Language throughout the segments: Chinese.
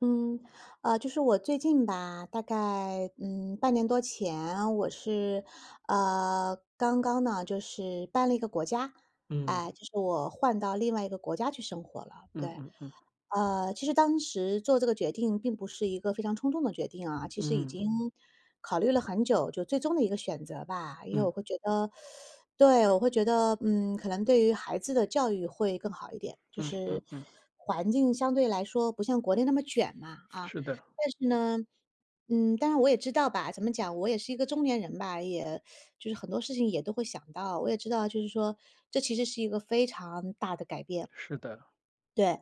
嗯，就是我最近吧，大概半年多前，我是刚刚呢，就是搬了一个国家，哎、嗯就是我换到另外一个国家去生活了，嗯对。嗯嗯其实当时做这个决定并不是一个非常冲动的决定啊，其实已嗯经考虑了很久，就最终的一个选择吧。因为我嗯会觉得，对，我会觉得，可能对于孩子的教育会更好一点，就嗯是嗯嗯，环境相对来说不像国内那么卷嘛，啊。是的，但是呢，嗯，当然我也知道吧，怎么讲，我也是一个中年人吧，也就是很多事情也都会想到，我也知道，就是说这其实是一个非常大的改变。是的，对。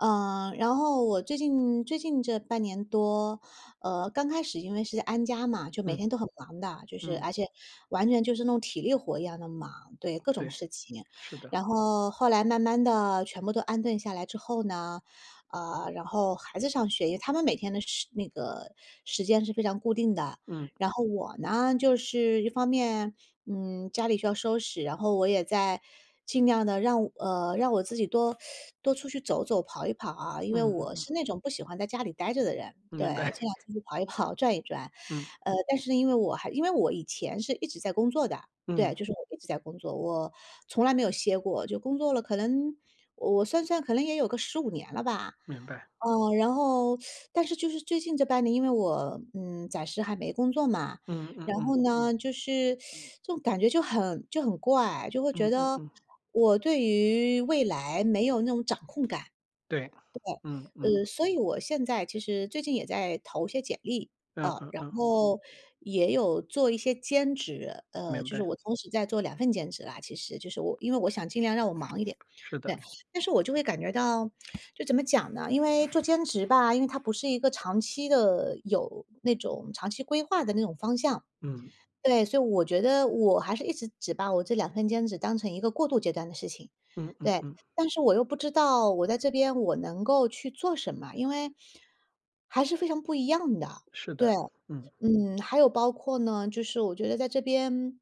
嗯，然后我最近这半年多，呃，刚开始因为是在安家嘛，就每嗯天都很忙的，就是嗯，而且完全就是弄体力活一样的忙，对，各种对，事情。是的，然后后来慢慢的全部都安顿下来之后呢，呃，然后孩子上学，因为他们每天的那个时间是非常固定的。嗯然后我呢，就是一方面嗯，家里需要收拾，然后我也在尽量的让让我自己多出去走走、跑一跑啊，因为嗯嗯我嗯，是那种不喜欢在家里待着的人，对，明尽白，量出去 跑一跑、转一转。嗯呃，但是呢，因为我以前是一直在工作的，对，嗯，就是我一直在工作，我从来没有歇过，就工作了可能我算算可能也有个15年了吧。明白，嗯，然后但是就是最近这半年，因为我，嗯，暂时还没工作嘛，嗯嗯然嗯后呢，就是这种感觉就很怪，就会觉嗯嗯得嗯，我对于未来没有那种掌控感。对，嗯嗯呃，所以我现在其实最近也在投一些简历，嗯啊，嗯然嗯，后也有做一些兼职，呃，明就是白，我同时在做两份兼职啦，其实就是我因为我想尽量让我忙一点，是的，对 但是我就会感觉到就怎么讲呢？因为做兼职吧，因为它不是一个长期的有那种长期规划的那种方向，嗯对，所以我觉得我还是一直只把我这两份兼职当成一个过渡阶段的事情，嗯嗯对。嗯，但是我又不知道我在这边我能够去做什么，因为还是非常不一样的，是对。的，嗯嗯，还有包括呢，就是我觉得在这边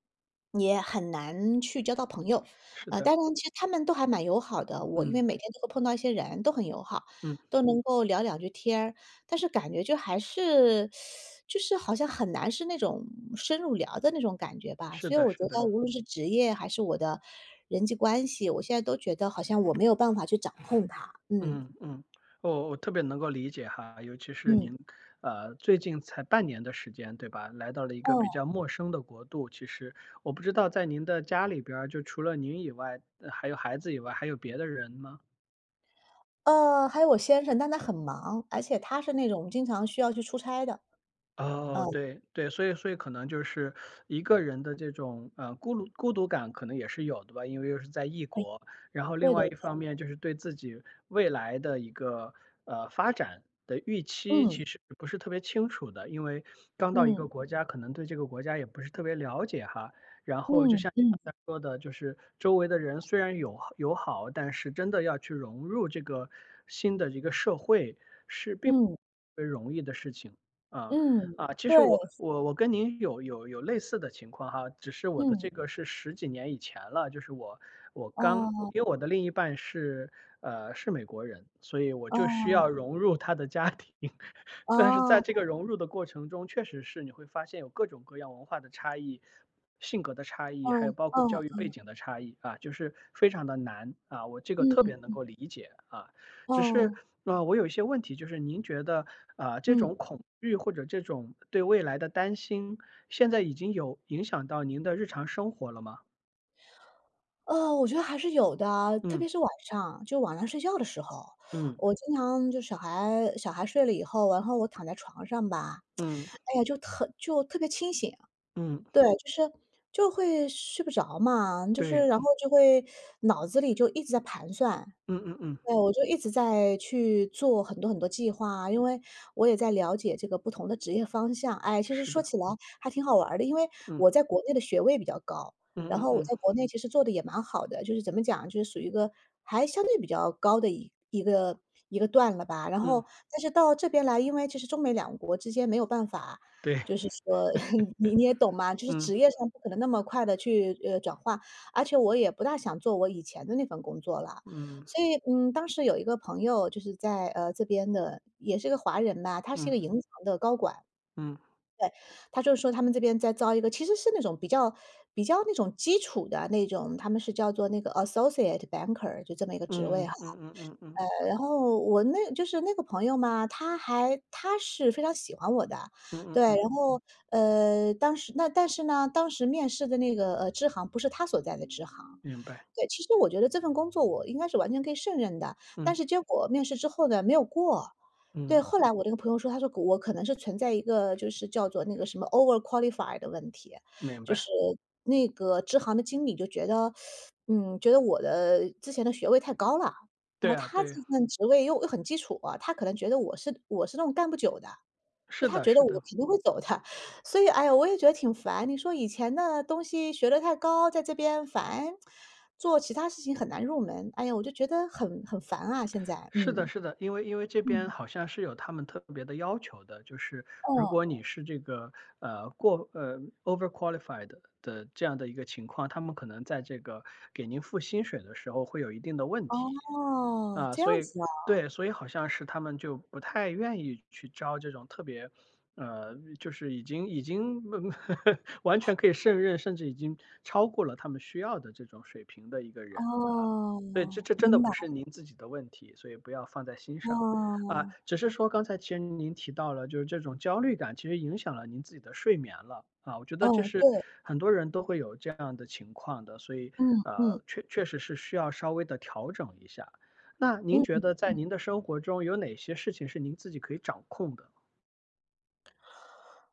也很难去交到朋友。是呃，的，当然其实他们都还蛮友好的，我因为嗯每天都会碰到一些人，都很友好，嗯都能够聊两句天儿，但是感觉就还是就是好像很难是那种深入聊的那种感觉吧。是所以的我觉是的。得无论是职业还是我的人际关系，我现在都觉得好像我没有办法去掌控它。嗯，嗯嗯，我特别能够理解哈，尤其是嗯，您，最近才半年的时间，对吧？来到了一个比嗯。较陌生的国度，其实我不知道在您的家里边儿，就除了您以外，还有孩子以外，还有别的人吗？呃，还有我先生，但他很忙，而且他是那种经常需要去出差的。嗯，哦，对对，所以可能就是一个人的这种孤独感可能也是有的吧，因为又是在异国，然后另对对外对一对，方面就是对自己未来的一个发展的预期嗯，其实不是特别清楚的，因为刚到一个嗯，国家，可能对这个国家也不是特别了解哈。然后嗯，就像你嗯，刚才说的，就是周围的人虽然友好友好，但是真的要去融入这个新的一个社会是并嗯，不容易的事情啊。嗯，啊，其对，实我跟您有类似的情况哈，只是我的这嗯，个是十几年以前了，就是我刚哦，因为我的另一半是美国人，所以我就需哦，要融入他的家庭，但是哦，在这个融入的过程中，确实是你会发现有各种各样文化的差异、性格的差异，嗯，还有包括嗯，教育背景的差异啊，就是非常的难啊，我这个特别能嗯，够理解啊，只是，哦，我有一些问题，就是您觉得，啊，这嗯。种恐惧或者这种对未来的担心，现在已经有影响到您的日常生活了吗？呃，我觉得还是有的啊，特别嗯是晚上，就晚上睡觉的时候，嗯我经常就小孩睡了以后，然后我躺在床上吧，嗯哎呀，就特别清醒。嗯，对，就是就会睡不着嘛，就是对，然后就会脑子里就一直在盘算，嗯嗯嗯，对，我就一直在去做很多很多计划啊因为我也在了解这个不同的职业方向。哎，其实是说的，起来还挺好玩儿的，因为嗯我在国内的学位比较高，嗯然嗯后我嗯在国内其实做的也蛮好的，就是怎么讲，就是属于一个还相对比较高的一个一个段了吧。然嗯，后但是到这边来，因为其实中美两国之间没有办法，对，就是说 你也懂嘛，就是嗯职业上不可能那么快的去转化，而且我也不大想做我以前的那份工作了。嗯所以，嗯，当时有一个朋友就是在，呃，这边的，也是个华人吧，他是一嗯个银行的高管，嗯他就说他们这边在招一个其实是那种比较那种基础的那种，他们是叫做那个 associate banker 就这么一个职位嗯哈。嗯嗯嗯嗯然后我那就是那个朋友嘛，他是非常喜欢我的，嗯对。嗯嗯，然后，呃，当时那但是呢，当时面试的那个，呃，支行不是他所在的支行。明白，对，其实我觉得这份工作我应该是完全可以胜任的，但嗯是结果面试之后呢，没有过。对，嗯，后来我那个朋友说，他说我可能是存在一个就是叫做那个什么 over qualified 的问题，明就白，是那个支行的经理就觉得，嗯，觉得我的之前的学位太高了。然对后啊，他对，这份职位又很基础啊，他可能觉得我是那种干不久的，就是他的，觉得是我的。肯定会走的。所以，哎呀，我也觉得挺烦。你说以前的东西学的太高，在这边烦，做其他事情很难入门。哎呀，我就觉得很烦啊，现在，是的，嗯。是的，因为这边嗯。好像是有他们特别的要求的，就是如哦，果你是这个呃过呃 overqualified 的这样的一个情况，他们可能在这个给您付薪水的时候会有一定的问题。哦，啊，这样所以子啊，对，所以好像是他们就不太愿意去招这种特别，就是已经 完全可以胜任，甚至已经超过了他们需要的这种水平的一个人啊。对，哦，这真的明白，不是您自己的问题，所以不要放在心上啊。哦，只是说刚才其实您提到了，就是这种焦虑感其实影响了您自己的睡眠了啊。我觉得这哦是对，很多人都会有这样的情况的，所以嗯嗯确实是需要稍微的调整一下。那您觉嗯。得在您的生活中有哪些事情是您自己可以掌控的？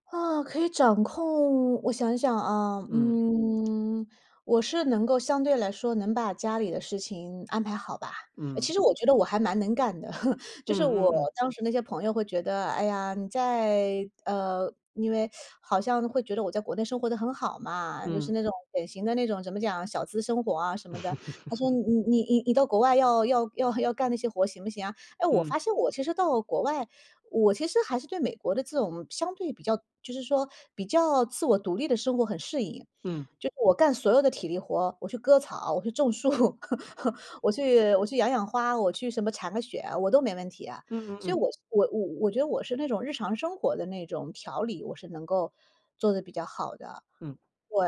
啊，可以掌控我想想啊，嗯嗯，我是能够相对来说能把家里的事情安排好吧。呃嗯其实我觉得我还蛮能干的，就是嗯我嗯当时那些朋友会觉得，哎呀，呃，因为好像会觉得我在国内生活的很好嘛，就是嗯那种典型的那种怎么讲，小资生活啊什么的。他说你你到国外要要干那些活行不行啊？哎，我嗯发现我其实到国外我其实还是对美国的这种相对比较就是说比较自我独立的生活很适应。嗯就是我干所有的体力活，我去割草，我去种树，我去养养花，我去什么铲个雪，我都没问题啊。嗯嗯所以嗯我我觉得我是那种日常生活的那种调理，我是能够做的比较好的。嗯，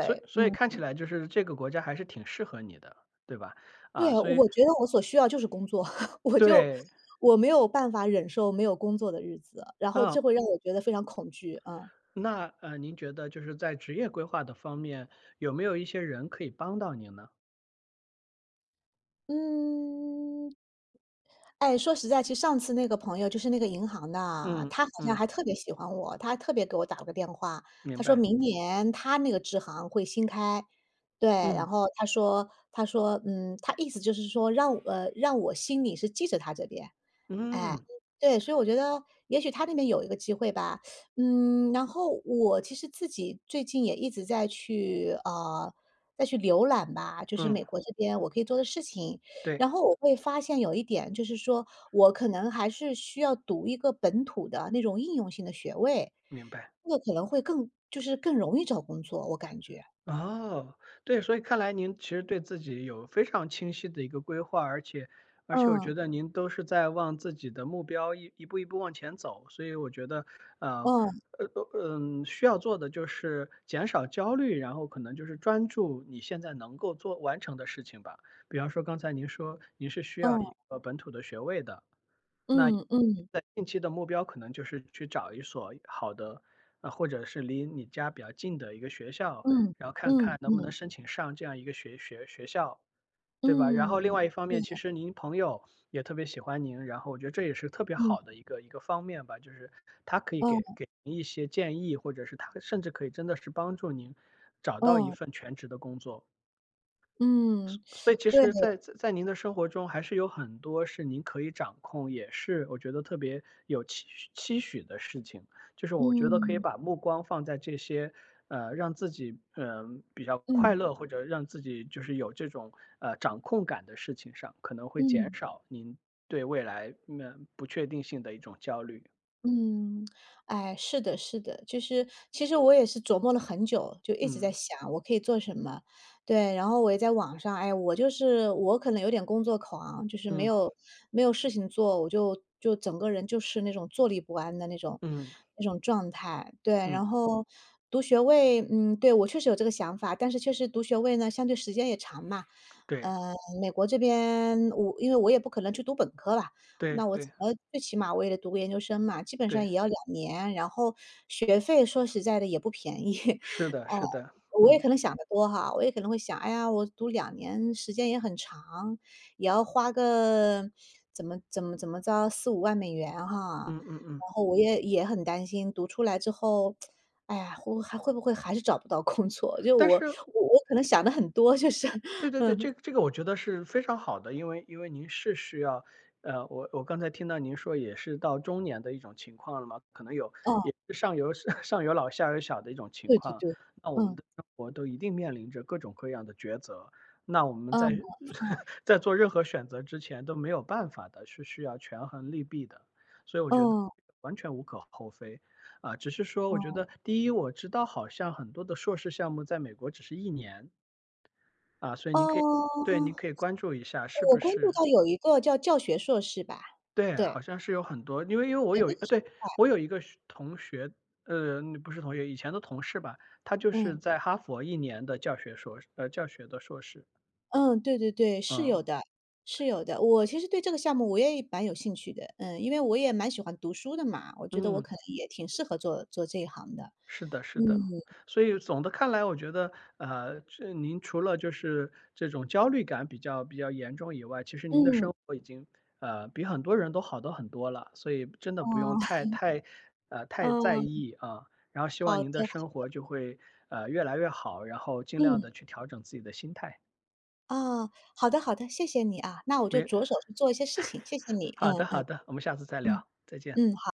所以所以看嗯，起来就是这个国家还是挺适合你的，对吧？对，啊，所以我觉得我所需要就是工作，我就对，我没有办法忍受没有工作的日子，然后嗯，这会让我觉得非常恐惧，啊。那您觉得就是在职业规划的方面，有没有一些人可以帮到您呢？嗯，哎，说实在，其实上次那个朋友就是那个银行的啊嗯他好像嗯，还特别喜欢我，他还特别给我打了个电话，明他说白，明年他那个支行会新开，对。然嗯后他说，嗯，他意思就是说让让我心里是记着他这边，哎，嗯对，所以我觉得也许他那边有一个机会吧。嗯，然后我其实自己最近也一直在去呃，再去浏览吧，就是嗯，美国这边我可以做的事情。对，然后我会发现有一点，就是说我可能还是需要读一个本土的那种应用性的学位，明白。这个可能会更就是更容易找工作，我感觉。哦，对，所以看来您其实对自己有非常清晰的一个规划，而且我嗯觉得您都是在往自己的目标一步一步往前走，所以我觉得，呃，嗯呃，需要做的就是减少焦虑，然后可能就是专注你现在能够做完成的事情吧。比方说刚才您说您是需要一嗯个本土的学位的，那嗯嗯在近期的目标可能就是去找一所好的，或者是离你家比较近的一个学校，嗯然后看嗯看能不能嗯申请上这样一个学校，对吧？然嗯嗯，后另外一方对，面，其实您朋友也特别喜欢您，然后我觉得这也是特别好嗯的一个方面吧，就是他可以给嗯给您一些建议，或者是他甚至可以真的是帮助您找到一嗯。份全职的工作。嗯，所以其对，实在您的生活中，还是有很多是您可以掌控，也是我觉得特别有期许的事情。就是我觉得可以嗯，把目光放在这些，让自己比较快嗯，乐，或者让自己就是有这种掌控感的事情上，可能会减嗯。少您对未来不确定性的一种焦虑。嗯，哎，是的，是的，就是其实我也是琢磨了很久，就一直在嗯想我可以做什么。对，然后我也在网上，哎，我就是我可能有点工作狂，就是嗯没有事情做，就整个人就是那种坐立不安的嗯那种状态。对，然嗯，后读学位，嗯，对，我确实有这个想法，但是确实读学位呢，相对时间也长嘛。对呃，美国这边因为我也不可能去读本科吧，对那我对最起码我也得读个研究生嘛，基本上对，也要两年，然后学费说实在的也不便宜。是 的，呃，是的，我也嗯可能想得多哈，我也可能会想，哎呀，我读两年时间也很长，也要花个怎么怎么怎么着4、5万美元哈。嗯嗯嗯。然后我也也很担心读出来之后，哎呀，我还会不会还是找不到工作，但是我可能想的很多，就是 对 对对，嗯，这个我觉得是非常好的，因为您是需要，我刚才听到您说也是到中年的一种情况了嘛，可能有哦，也是上有 上有老下有小的一种情对对况，对，那我们嗯，的生活都一定面临着各种各样的抉择，那我们嗯，在 在做任何选择之前都没有办法的，是需要权衡利弊的，所以我觉得嗯，完全无可厚非。啊，只是说，我觉嗯。得第一，我知道好像很多的硕士项目在美国只是一年，啊，所以您可以对，哦，您可以关注一下是我不关注是到有一个叫教学硕士吧，对，对，好像是有很多，因为对，那个是对，我有一个学同学，不是同学，以前的同事吧，他就是嗯，在哈佛一年的教学的硕士，嗯，对对对，是有嗯的，是有的。我其实对这个项目我也蛮有兴趣的，嗯，因为我也蛮喜欢读书的嘛，我觉得我嗯。可能也挺适合做做这一行的。是的，嗯，是的。所以总的看来，我觉得，这您除了就是这种焦虑感比较严重以外，其实您的嗯，生活已经，比很多人都好得很多了。所以真的不哦 用太在嗯，意啊。然后希望好的，您的生活就会，越来越好，然后尽量嗯，的去调整自己的心态。啊，好的好的，谢谢你啊，那我就没，着手去做一些事情，谢谢你，好的，嗯好嗯的，我们下次再嗯聊，再见。嗯。